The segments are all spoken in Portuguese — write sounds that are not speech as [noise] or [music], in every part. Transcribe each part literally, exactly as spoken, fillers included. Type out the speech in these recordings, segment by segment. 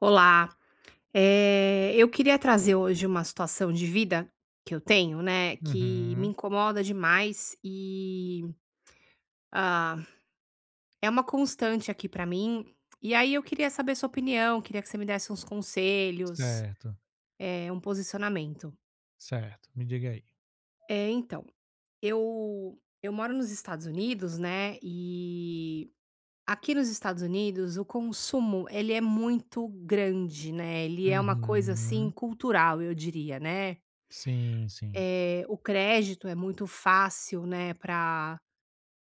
Olá, eh, eu queria trazer hoje uma situação de vida que eu tenho, né, que me Uhum. incomoda demais e, ah, é uma constante aqui pra mim. E aí eu queria saber sua opinião, queria que você me desse uns conselhos, Certo, eh, um posicionamento. certo. Me diga aí. Eh, então, eu eu moro nos Estados Unidos, né, e aqui nos Estados Unidos o consumo ele é muito grande, né, ele é uma coisa, assim, Uhum. cultural eu diria, né. Sim, sim. Eh, o crédito é muito fácil, né, para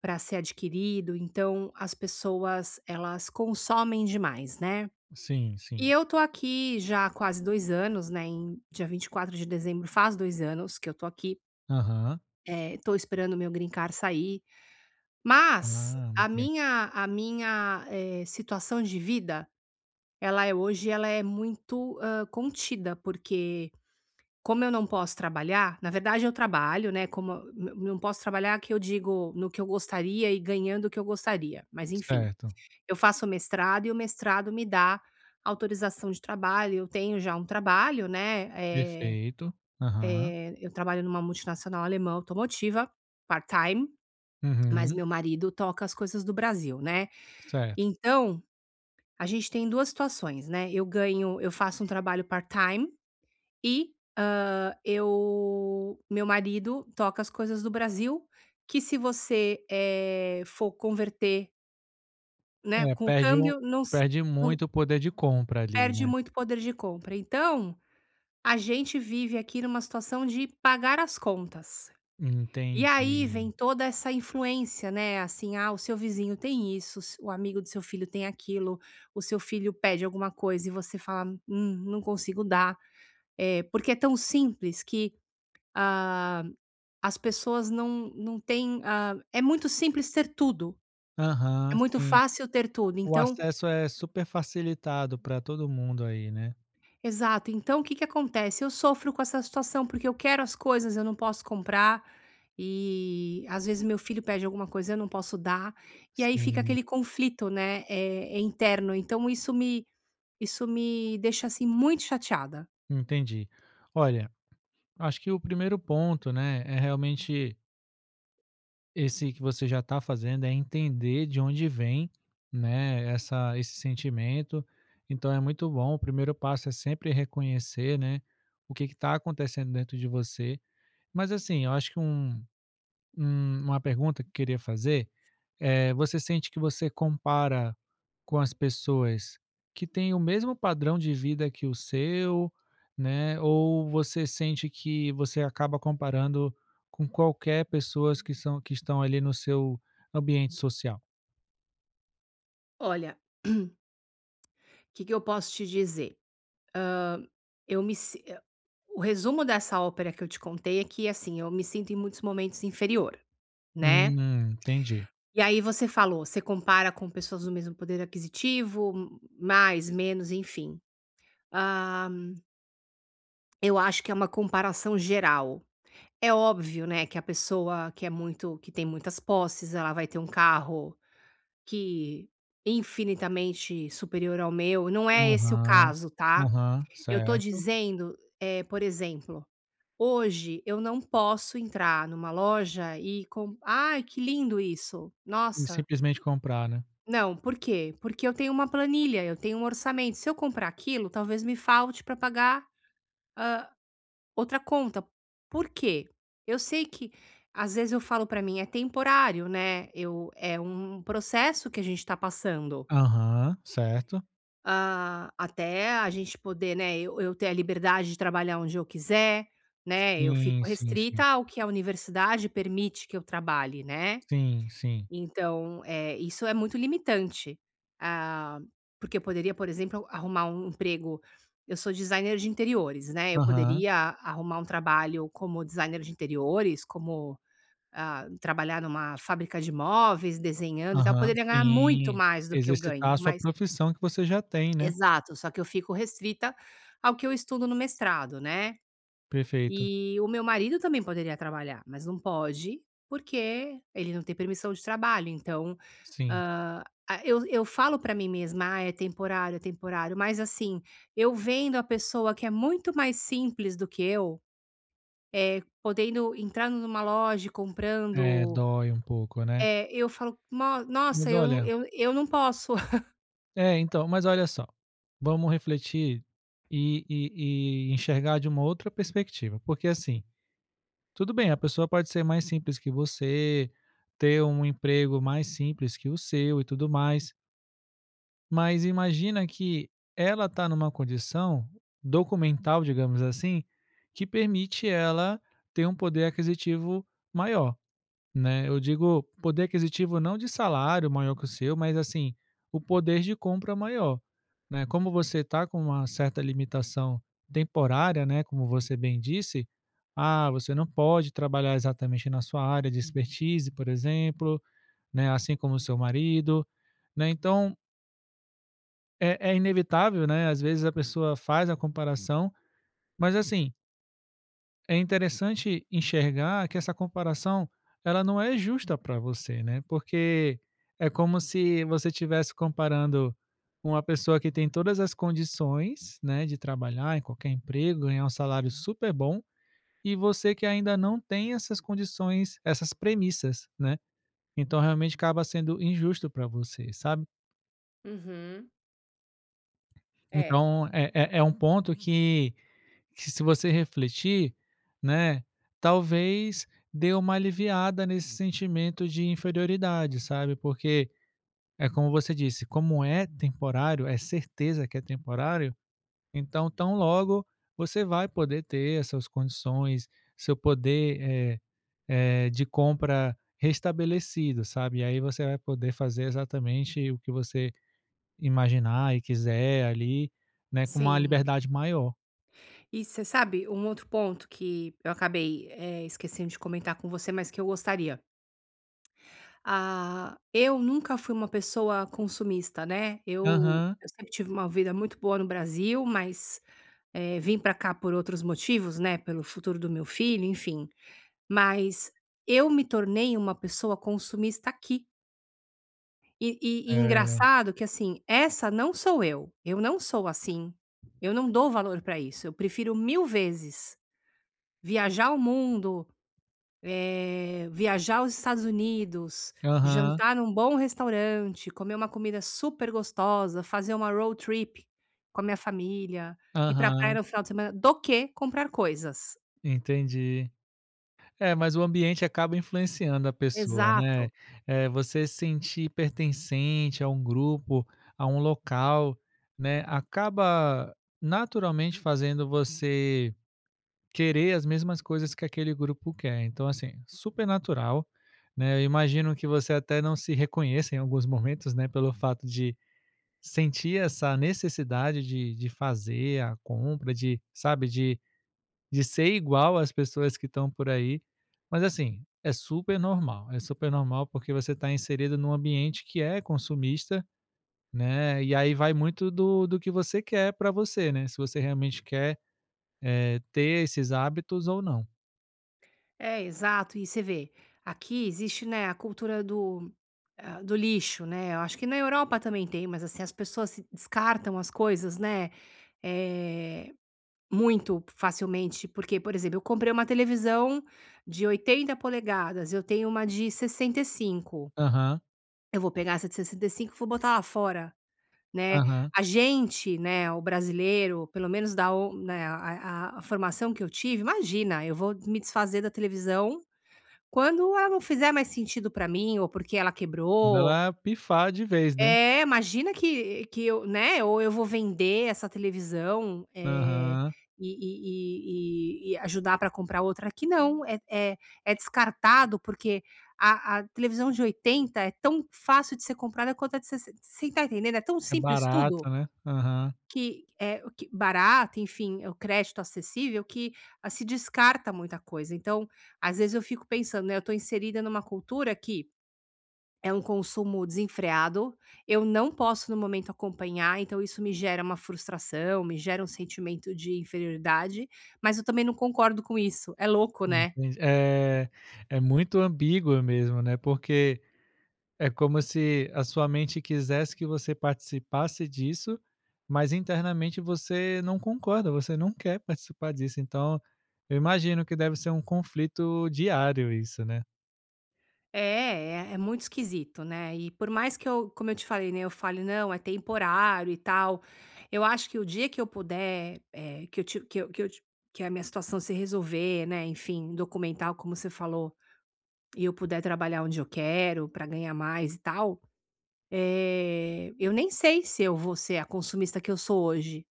para ser adquirido, então as pessoas elas consomem demais, né. Sim, E sim. eu tô aqui já há quase dois anos, né, em dia vinte e quatro de dezembro faz dois anos que eu tô aqui, Aham. eh, tô esperando o meu green card sair, mas Ah, a muito bem. minha a minha, eh, situação de vida, ela é hoje ela é muito, hã, contida, porque Como eu não posso trabalhar, na verdade eu trabalho, né, como eu n não posso trabalhar, que eu digo, no que eu gostaria e ganhando o que eu gostaria, mas enfim, Certo. eu faço mestrado e o mestrado me dá autorização de trabalho, eu tenho já um trabalho, né, eh Perfeito. Aham. eh, eu trabalho numa multinacional alemã automotiva, part-time, mas Uhum. meu marido toca as coisas do Brasil, né. Certo. Então, a gente tem duas situações, né, eu ganho eu faço um trabalho part-time. E, hã, eu meu marido toca as coisas do Brasil, que se você, eh, for converter, né, É, com o perde o câmbio, não s perde não muito o poder de compra ali, perde né. muito poder de compra. Então, a gente vive aqui numa situação de pagar as contas. E aí Entendi. vem toda essa influência, né, assim: "Ah, o seu vizinho tem isso, s o amigo do seu filho tem aquilo, o seu filho pede alguma coisa e você fala: 'Hum, não consigo dar'". É porque é tão simples que, ah, As pessoas não não têm, ah, é muito simples ter tudo, é Aham, muito sim. fácil ter tudo, O então acesso é super facilitado para todo mundo aí, né. exato, então o que que acontece? Eu sofro com essa situação, porque eu quero as coisas, eu não posso comprar, e às vezes meu filho pede alguma coisa, eu não posso dar, e aí fica Sim, aquele conflito, né, é é interno, então isso me isso me deixa, assim, muito chateada. entendi. Olha, acho que o primeiro ponto, né, é realmente esse que você já está fazendo, é entender de onde vem, né, essa esse sentimento. Então é muito bom. O primeiro passo é sempre reconhecer, né, o que está acontecendo dentro de você. Mas assim, eu acho que um um uma pergunta que eu queria fazer, eh, você sente que você compara com as pessoas que têm o mesmo padrão de vida que o seu, né, ou você sente que você acaba comparando com qualquer pessoas que são que estão ali no seu ambiente social? Olha, [clears throat] o que que eu posso te dizer? Eu me si eh, o resumo dessa ópera que eu te contei é que, assim, eu me sinto em muitos momentos inferior, né. Hum, entendi. E aí você falou, você compara com pessoas do mesmo poder aquisitivo, m mais, menos, enfim. Ah, eu acho que é uma comparação geral. É óbvio, né, que a pessoa que é muito que tem muitas posses, ela vai ter um carro que infinitamente superior ao meu, não é esse o Aham. caso, tá. Aham, Eu tô certo. dizendo, eh, por exemplo, Hoje eu não posso entrar numa loja e com "Ai, que lindo isso! E Nossa!". simplesmente comprar, né? Não, por quê? Porque eu tenho uma planilha, eu tenho um orçamento. Se eu comprar aquilo, talvez me falte para pagar outra conta. Por quê? Eu sei que às vezes eu falo para mim: "É temporário, né, eu é um processo que a gente está passando". Aham, certo. Ah, até a gente poder, né, eu eu ter a liberdade de trabalhar onde eu quiser, né, eu fico Sim, sim, restrita sim. ao que a universidade permite que eu trabalhe, né. Sim, sim. Então, eh, isso é muito limitante. Ah, porque eu poderia, por exemplo, arrumar um emprego. Eu sou designer de interiores, né, eu Aham. poderia arrumar um trabalho como designer de interiores, como, ah, trabalhar numa fábrica de móveis, desenhando e tal. Eu Aham, poderia ganhar muito sim. mais do que eu Exercitar ganho, a sua mas profissão que você já tem, né. exato, só que eu fico restrita ao que eu estudo no mestrado, né. Perfeito. E o meu marido também poderia trabalhar, mas não pode, porque ele não tem permissão de trabalho, então, Sim. hã, a eu eu falo pra mim mesma: "Ah, é temporário, é temporário", mas, assim, eu vendo a pessoa que é muito mais simples do que eu, é podendo, entrando numa loja e É, comprando, dói um pouco, né. eh, eu falo: "No nossa, Mas eu olha, eu eu não posso". [laughs] é, então, mas olha só, vamos refletir e e e enxergar de uma outra perspectiva, porque, assim, tudo bem, a pessoa pode ser mais simples que você, ter um emprego mais simples que o seu e tudo mais, mas imagina que ela está numa condição documental, digamos assim, que permite ela ter um poder aquisitivo maior, né. Eu digo poder aquisitivo não de salário maior que o seu, mas assim, o poder de compra maior, né. Como você está com uma certa limitação temporária, né, como você bem disse, ah, você não pode trabalhar exatamente na sua área de expertise, por exemplo, né, assim como o seu marido, né, então é é inevitável, né, às vezes a pessoa faz a comparação, mas assim, é interessante enxergar que essa comparação, ela não é justa para você, né, porque é como se você estivesse comparando uma pessoa que tem todas as condições, né, de trabalhar em qualquer emprego, ganhar um salário super bom, e você que ainda não tem essas condições, essas premissas, né. Então realmente acaba sendo injusto para você, sabe. Uhum. É. Então é é é um ponto que Que se você refletir, né, talvez dê uma aliviada nesse sentimento de inferioridade, sabe, porque é como você disse, como é temporário, é certeza que é temporário, então tão logo você vai poder ter essas condições, seu poder, eh eh, de compra restabelecido, sabe, e aí você vai poder fazer exatamente o que você imaginar e quiser ali, né, com uma Sim. liberdade maior. E você sabe um outro ponto que eu acabei, eh, esquecendo de comentar com você, mas que eu gostaria. Ah, eu nunca fui uma pessoa consumista, né, eu Aham. eu sempre tive uma vida muito boa no Brasil, mas, eh, vim pra cá por outros motivos, né, pelo futuro do meu filho, enfim. Mas eu me tornei uma pessoa consumista aqui. E e e É. engraçado que, assim, essa não sou eu, eu não sou assim, eu não dou valor pra isso, eu prefiro mil vezes viajar o mundo, Eh, viajar aos Estados Unidos, Aham. jantar num bom restaurante, comer uma comida super gostosa, fazer uma road trip com a minha família, ir pra praia Aham, no final de semana, do que comprar coisas. entendi. É, mas o ambiente acaba influenciando a pessoa, né. Exato. É você se sentir pertencente a um grupo, a um local, né, acaba naturalmente fazendo você querer as mesmas coisas que aquele grupo quer. Então, assim, super natural, né. Eu imagino que você até não se reconheça em alguns momentos, né, pelo fato de sentir essa necessidade de de fazer a compra, de sabe, de de ser igual às pessoas que estão por aí, mas assim, é super normal, é super normal porque você está inserido num ambiente que é consumista, né, e aí vai muito do do que você quer para você, né, se você realmente quer, eh, ter esses hábitos ou não. É, exato. E você vê, aqui existe, né, a cultura do, ah, do lixo, né, eu acho que na Europa também tem, mas, assim, as pessoas se descartam as coisas, né, eh muito facilmente, porque, por exemplo, eu comprei uma televisão de oitenta polegadas, eu tenho uma de sessenta e cinco. Aham, Eu vou pegar essa de sessenta e cinco e vou botar lá fora, né. aham. A gente, né, o brasileiro, pelo menos da o né, a a a formação que eu tive, imagina, eu vou me desfazer da televisão quando ela não fizer mais sentido para mim, ou porque ela Quando quebrou, ela pifar de vez, né. é, imagina que que eu né, ou eu vou vender essa televisão, eh, Aham. e e e e ajudar para comprar outra. Aqui não, é é é descartado, porque a a televisão de oitenta é tão fácil de ser comprada quanto a de sessenta. Você tá entendendo? É tão É simples tudo, barato, né. Aham. que é o que barato, enfim, é o crédito acessível, que, ah, se descarta muita coisa. Então, às vezes eu fico pensando, né, eu tô inserida numa cultura que é um consumo desenfreado, eu não posso no momento acompanhar, então isso me gera uma frustração, me gera um sentimento de inferioridade, mas eu também não concordo com isso. É louco, né? Entendi. É, é muito ambíguo mesmo, né, porque é como se a sua mente quisesse que você participasse disso, mas internamente você não concorda, você não quer participar disso. Então, eu imagino que deve ser um conflito diário isso, né. É, é é muito esquisito, né? E por mais que eu, como eu te falei, né, eu fale: "Não, é temporário e tal", eu acho que o dia que eu puder, eh, que eu ti que eu que eu ti que a minha situação se resolver, né, enfim, documental, como você falou, e eu puder trabalhar onde eu quero para ganhar mais e tal, Eh, eu nem sei se eu vou ser a consumista que eu sou hoje,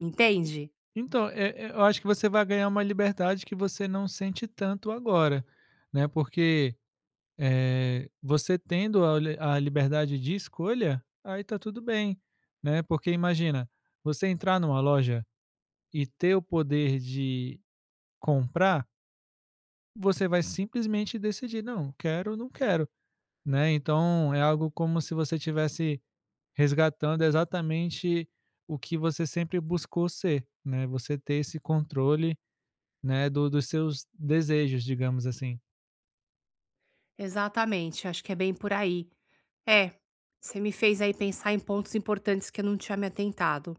entende? Então, eh eh, eu acho que você vai ganhar uma liberdade que você não sente tanto agora, né, porque, eh, você tendo a le a liberdade de escolha, aí tá tudo bem, né, porque imagina, você entrar numa loja e ter o poder de comprar, você vai simplesmente decidir: "Não, quero, ou não quero", né, então é algo como se você tivesse resgatando exatamente o que você sempre buscou ser, né, você ter esse controle, né, do dos seus desejos, digamos assim. Exatamente, acho que é bem por aí. É, você me fez aí pensar em pontos importantes que eu não tinha me atentado.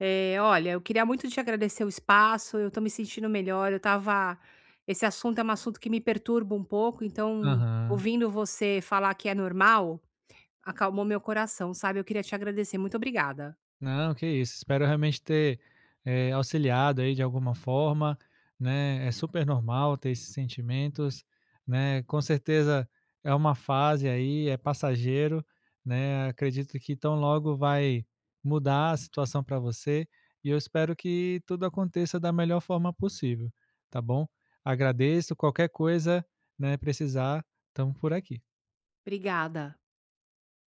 Eh, olha, eu queria muito te agradecer o espaço, eu tô me sentindo melhor, eu estava esse assunto é um assunto que me perturba um pouco, então Aham. ouvindo você falar que é normal, acalmou meu coração, sabe? Eu queria te agradecer, muito obrigada. Não, que isso. Espero realmente ter, eh, auxiliado aí de alguma forma, né. É super normal ter esses sentimentos, né. Com certeza é uma fase aí, é passageiro, né. Acredito que tão logo vai mudar a situação para você e eu espero que tudo aconteça da melhor forma possível, tá bom? Agradeço. Qualquer coisa, né, precisar, estamos por aqui. Obrigada.